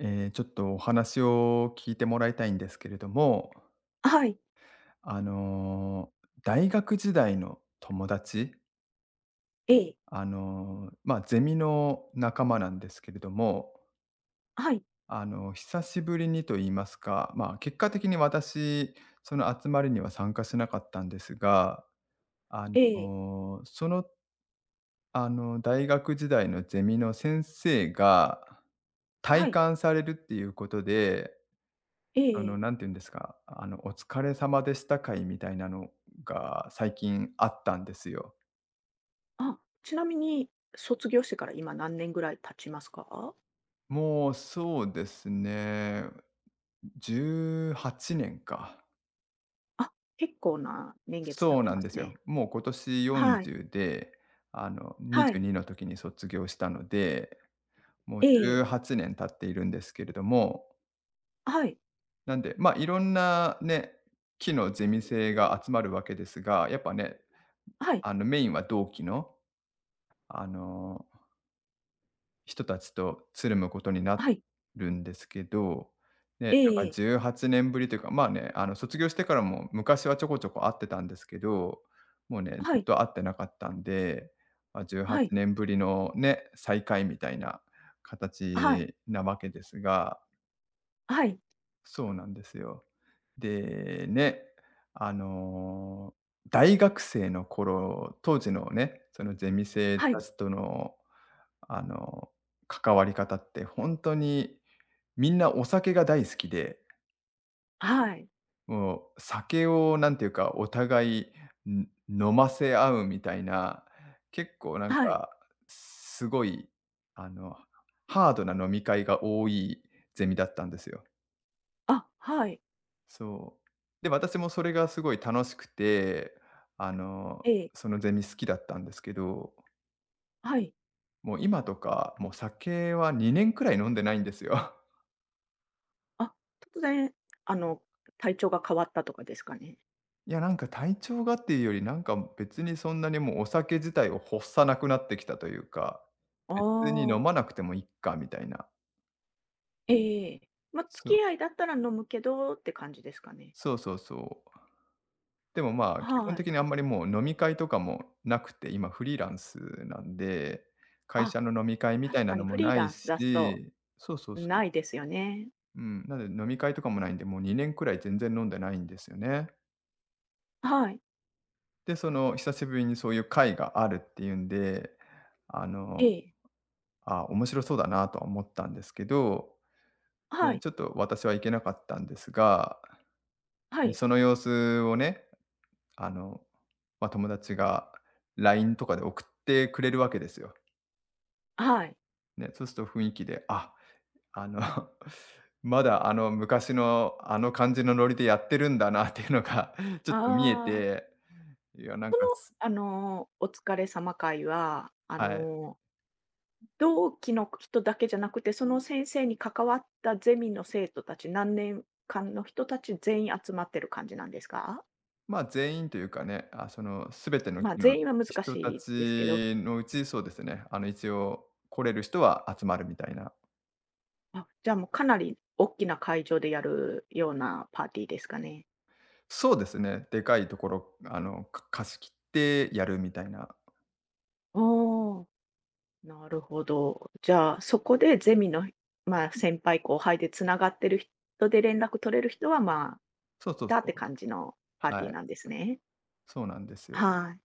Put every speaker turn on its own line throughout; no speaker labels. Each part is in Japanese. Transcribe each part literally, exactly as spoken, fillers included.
えーちょっとお話を聞いてもらいたいんですけれども、
はい、
あのー大学時代の友達、
ええ、
あのーまあ、ゼミの仲間なんですけれども、
はい、
あのー久しぶりにと言いますか、まあ、結果的に私、その集まりには参加しなかったんですが、
ええ、
おーその、あのー大学時代のゼミの先生が退
はい、
官されるっていうことで、
え
あの、
え。
なんて言うんですか、あの、お疲れ様でした会みたいなのが最近あったんですよ。
あ、ちなみに卒業してから今何年ぐらい経ちますか？
もうそうですね、じゅうはちねんか。
あ、結構な年月経っ
そう
て
なん
ま
で
す
すよ。
ね。
もう今年
はい、
よんじゅうで、あの、
はい、
にじゅうにの時に卒業したので、もう
ええ、
じゅうはちねん経っているんですけれども、
はい、
なんで、まあ、いろんなね、期のゼミ生が集まるわけですが、やっぱね、
はい、
あの、メインは同期の、あの人たちとつるむことにな
はい、
るんですけど、ね、だから
ええ
じゅうはちねんぶりというか、まあね、あの卒業してからも昔はちょこちょこ会ってたんですけど、もうね、ず
は
っ
い、
と会ってなかったんで、まあ、18
はい、
年ぶりのね、再会みたいな
はい、
形なわけですが、
はい、
そうなんですよ。で、ね、あの、大学生の頃、当時のね、そのゼミ生
は
た
い、
ちとのあの、関わり方って本当にみんなお酒が大好きで、
はい、
もう酒をなんていうか、お互い、ん飲ませ合うみたいな、結構なん
はい、
か、すごい、あの、ハードな飲み会が多いゼミだったんですよ。
あ、はい、
そう。で、私もそれがすごい楽しくて、あの、
ええ、
そのゼミ好きだったんですけど、
はい、
もう今とか、もう酒はにねんくらい飲んでないんですよ。
あ、突然、あの、体調が変わったとかですかね？
いや、なんか体調がっていうより、なんか別にそんなにもうお酒自体を欲さなくなってきたというか、
あ
別に飲
あ、
まなくてもいっかみたいな。
ええ。まあ、
そ
付
う
き合いだったら飲むけどって感じですかね？
そうそうそう。でもまあ、基本
はい。
的にあんまりもう飲み会とかもなくて、今フリーランスなんで、会
あ、
社の飲み会みたい
確
な
か
の
にフ
も
リー
ない
ランス出すと、
し、そうそうそう。
ないですよね。
うん、なので飲み会とかもないんで、もうにねんくらい全然飲んでないんですよね。
はい。
で、その久しぶりにそういう会があるっていうんで、あの
ええ。
ああ、面白そうだなとは思ったんですけど、
は
で
い。
ちょっと私は行けなかったんですが、
は
で
い。
その様子をね、あの、まあ、友達が ライン とかで送ってくれるわけですよ。
はい。
ね、そうすると雰囲気で、あ、あの、まだあの昔のあの感じのノリでやってるんだなっていうのが ちょっと見え
ああ、
て、いや、なんかす
あのー、お疲れ様会は、あ
はい。
のー、同期の人だけじゃなくて、その先生に関わったゼミの生徒たち、何年間の人たち全員集まってる感じなんですか？
ま、全員というかね、あ、その全ての
まあ、
機の
全員は難
人
し
た
いですけど、
ちのうち、そうですね、あの、一応来れる人は集まるみたいな。
あ、じゃあもうかなり大きな会場でやるようなパーティーですかね？
そうですね、でかいところ、あの、か貸し切ってやるみたいな。
おお。なるほど。じゃあ、そこでゼミの、まあ、先輩後輩でつながってる人で連絡取れる人は、まあ、
そうそう
だっ
そ
て
う。
感じのパーティ
は
ー
い、
なんですね。
そうなんですよ。
はい。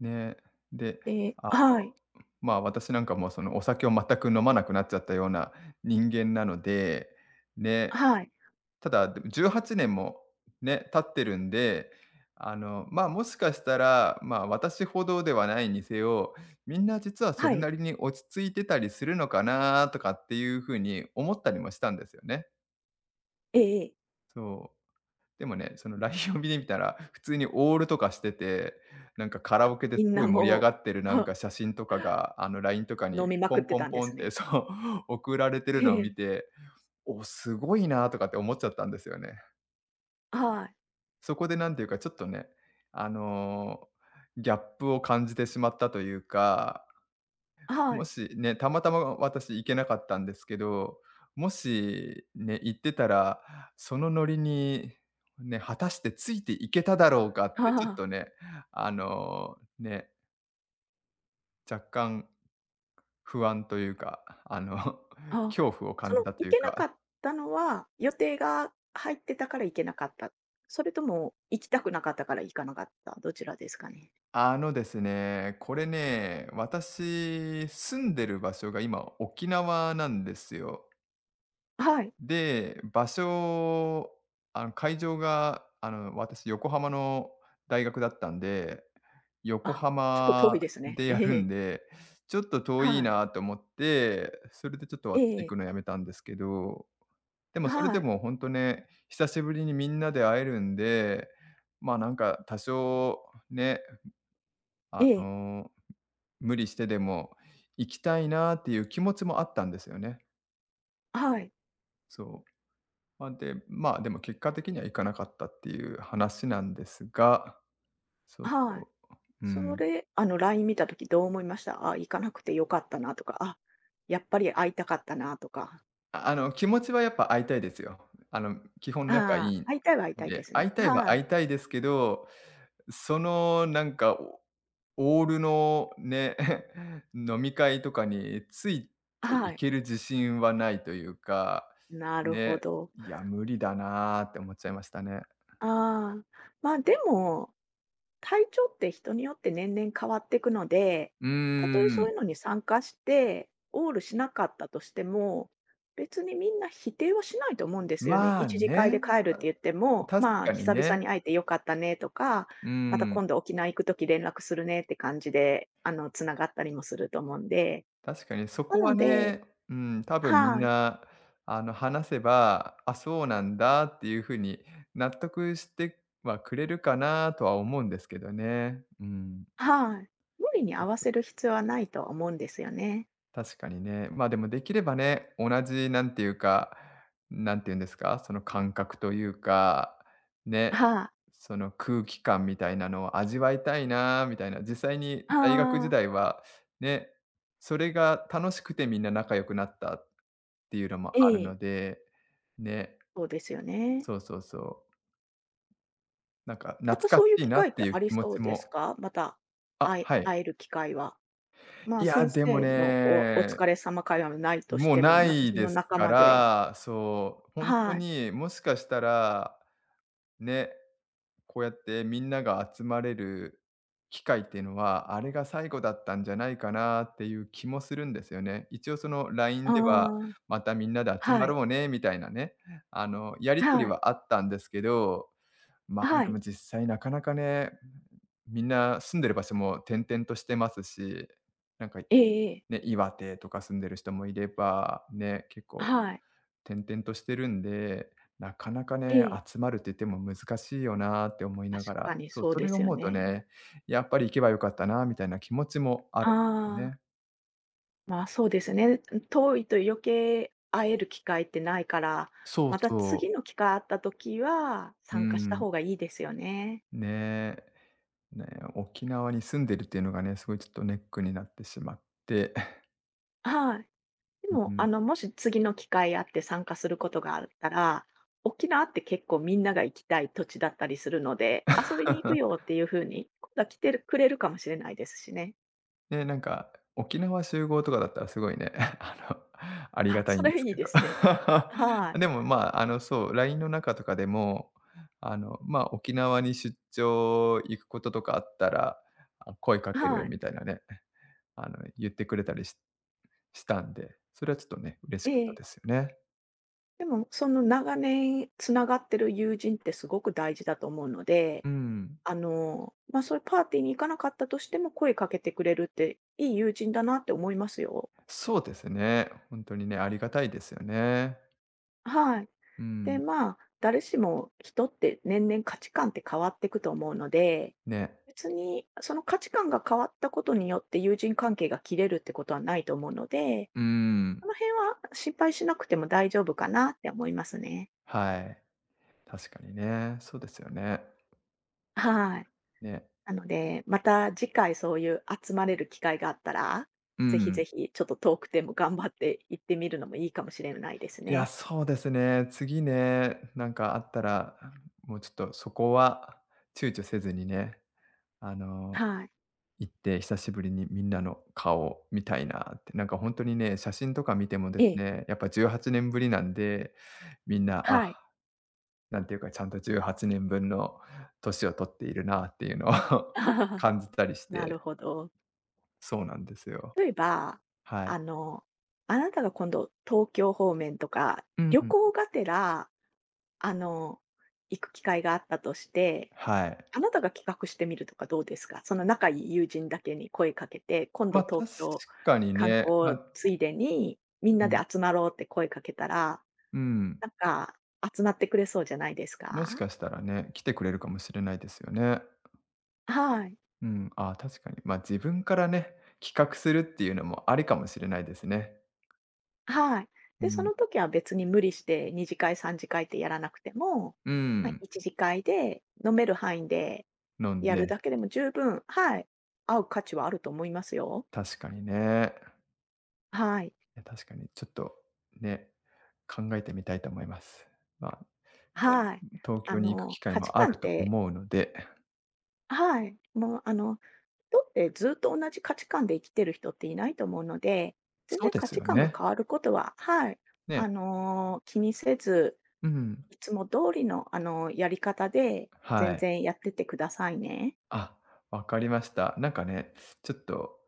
ね。で、
で
あの、
はい。
ま、私なんかもうそのお酒を全く飲まなくなっちゃったような人間なので、ね、
はい。
ただ、でもじゅうはちねんもね、経ってるんで、あの、ま、もしかしたら、ま、私ほどではないにせよ、みんな実はそ
は
れ
い。
なりに落ち着いてたりするのかなとかっていう風に思ったりもしたんですよね。
ええええ。
そう。でもね、その ライン を見てみたら、普通にオールとかしてて、なんかカラオケです
みん
ご
な
い盛り上
もう、
がってる なんか
は、
写真とかが、あの ライン とかに
飲みま
ポ
くっ
ン
て
ポン
たんで
ポンっ
す
て
ね。
そう、送られてる
え
のを見
え。
て、お、すごいなとかって思っちゃったんですよね。
はい。
そこでなんていうか、ちょっとね、あの、ギャップを感じてしまったというか、
は
も
い。
しね、たまたま私行けなかったんですけど、もしね、行ってたら、そのノリにね、果たしてついていけただろうかっ
あ
てちょっ
あ、
とね、あの、ね、若干不安というか、あの、
ああ。
恐怖を感
そ
じ
の
たと
行
いう
けな
か。
かったのは、予定が入ってたから行けなかった。それとも行きたくなかったから行かなかった、どちらですかね？
あのですね、これね、私住んでる場所が今沖縄なんですよ。
はい。
で、場所、あの、会場が、あの、私、横浜の大学だったんで、横
あ、ちょっと遠
浜
いですね。
で
え
やる
え。
んで、ちょっと遠い
はい。
なと思って、それでちょっと
え
私行
え。
くのやめたんですけど、でもそれで
はい。
もほんとね、久しぶりにみんなで会えるんで、ま、あなんか多少ね、
え
あ
え。
の、無理してでも行きたいなっていう気持ちもあったんですよね。
はい。
そう。まあ、で、まあ、でも結果的には行かなかったっていう話なんですが、そう
はい。
そう、う
そ
ん。
れ、あの、ライン 見たときどう思いました？あ、行かなくてよかったなとか、あ、やっぱり会いたかったなとか。
ああの、気持ちはやっぱ会いたいですよ。あの、基本仲い
ああ、
いん
会いたいは会いたい
で、
です
会い
ね。
たいは
は
会
い。
いたいですけど、そのなんか、オオールのね、飲み会とかについて
は
い
い。
ける自信はないというか、
なるほ
ね、
ど。
いや、無理だなーって思っちゃいましたね。
ああ、ま、でも体調って人によって年々変わっていくので、
うー
たとえそう
ん、
いうのに参加して、オールしなかったとしても、別にみんな否定はしないと思うんですよね。
まあ
一時会で
ね、
帰るっ
た
て言っても、
確
まあ、
かに
久々
ね。
に会えてよかったねとか、
う
また
ん、
今度沖縄行くとき連絡するねって感じで、あの、つながったりもすると思うんで。
確かにそ
な
こは
ので、
ね、うん、多分みん
はい、
な、あの、話せば、あ、そうなんだっていう風に納得してはくれるかなとは思うんですけどね。うん。
はい。無理に合わせる必要はないと思うんですよね。
確かにね。まあ、でもできればね、同じなんていうか、なんていうんですか、その感覚というか、ね、
はい、
その空気感みたいなのを味わいたいなみたいな、実際に大学時
ああ、
代はね、それが楽しくてみんな仲良くなったっていうのも
え
ある
え、
ので、ね、
そうですよね。
そうそうそう。なんか懐
また
か
そういう
しい
機
なっ
会っ
て
て
いう
あり
気持
そ
ち
うです
も
か？また、
あ、
会え
はい。
会える機会は。ま
い
あ、
や、
先
でも
生のおお
ね
疲れ様会話はないとし
もう
ても、
な
また
い
そ
で
の
す
仲
か
間で
ら、そう、本当
はい。
にもしかしたら、ね、こうやってみんなが集まれる機会っていうのは、あれが最後だったんじゃないかなっていう気もするんですよね。一応その ライン
あ
では、
あ、
またみんなで集ま
はい、
ろうねみたいなね、あの、やり取り
はい、
はあったんですけど、まあ、
は
でも
い。
実際なかなかね、みんな住んでる場所も転々としてますし、なんか
ええええ、
ね、岩手とか住んでる人もいれば、ね、結構
はい、
転々としてるんで、なかなか
え
ね、
え。
集まるって言っても難しいよなって思いなが
確
ら、
かに
そう、
そう
そ
で
れを
すよ
思うと
ね。
ね、やっぱり行けばよかったなみたいな気持ちもあ
あ
るんですよ
あ、
ね。
まあ、そうですね。遠いと余計会える機会ってないから、
そう
また
そ
次
う。
の機会あった時は、
う
参加した
ん。
方がいいですよね。
ねえ。ねえ、沖縄に住んでるっていうのがね、すごいちょっとネックになってしまって。
はい。で
う
も、
ん。
あの、もし次の機会あって参加することがあったら、沖縄って結構みんなが行きたい土地だったりするので、遊びに行くよっていう風に、今度は来てるくれるかもしれないですしね。
ね、なんか、沖縄集合とかだったらすごいね、あの、ありが
あ、
たい
そ
んで
れ
す
いい
け
ですね。は
ど。
い。
でも、まあ、あの、そう、ライン の中とかでも、あの、まあ、沖縄に出張行くこととかあったら、あ、声かける
はい。
みたいなね、あの、言ってくれたりししたんで、それはちょっとね、嬉し
え
かった
え。
ですよね。
でも、その長年つながってる友人ってすごく大事だと思うので、
うん。
あの、まあ、そういうパーティーに行かなかったとしても声かけてくれるって、いい友人だなって思いますよ。
そうですね。本当にね、ありがたいですよね。
はい。
う
で、
ん。
まあ、誰しも人って年々価値観って変わっていくと思うので、
ね。
別にその価値観が変わったことによって友人関係が切れるってことはないと思うので、
うん。
その辺は心配しなくても大丈夫かなって思いますね。
はい。確かにね、そうですよね。
はい。
ね。
なので、また次回そういう集まれる機会があったら、
う
ぜひ
ん。
ぜひちょっと遠くても頑張って行ってみるのもいいかもしれないです
いや、
ね。
そうですね。次ね、なんかあったら、もうちょっとそこは躊躇せずにね、あの、
はい。
行って久しぶりにみんなの顔を見たいなって。なんか本当にね、写真とか見てもで
え
す
え。
ね、やっぱじゅうはちねんぶりなんで、みんな、あ、
はい。
なんていうか、ちゃんとじゅうはちねんぶんの年を取っているなっていうのを 感じたりし
なる
て。
ほど。
そうなんですよ。
例えば、
はい。
あの、あなたが今度東京方面とか、
う
旅
ん
行がてら、あの、行く機会があったとして、
はい。
あなたが企画してみるとかどうですか？その仲いい友人だけに声かけて、今
ま
度
あ、確
東京
かに
観
ね、ま
光
あ
ついでに、みん
う
なで
ん、
集まろうって声かけたら、
うん。
なんか集まってくれそうじゃないです
もし
か？
かしたらね、来てくれるかもしれないですよね。
はい。
うん、ああ、確かに。ま、あ自分からね、企画するっていうのもありかもしれないですね。
はい。
う
で、そ
ん。
の時は別に無理してに次会、さん次会ってやらなくても、
う
まあ、
ん。
いち次会で飲める範囲で
飲ん
やる
で、
だけでも十分はい、合う価値はあると思いますよ。
確かにね。
はい。
いや、確かにちょっと、ね、考えてみたいと思います。まあ、ね、
はい。
東
あ
京に行く機
の、
会
価値
もあ
観
る
っ
と
て
思うので、
はい、もう、あの、人ってずっと同じ価値観で生きてる人っていないと思うので、全
そう
然
で
価
す
値
よ
観が
ね。
変わることははい、
ね、
あの、気にせず、
うん、
いつも通りの、あの、やり方で
は
全
い。
然やってってくださいね。
あ、わかりました。なんかね、ちょっと、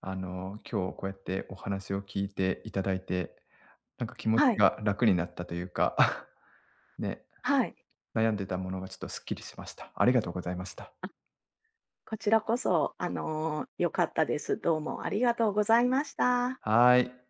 あの、今日こうやってお話を聞いていただいてなんか気持
は
ち
い、
が楽になったというか、ね、
はい。
悩んでたものがちょっとすっきりしました。ありがとうございました。
こちらこそ、あの、良かったです。どうもありがとうございました。
はーい。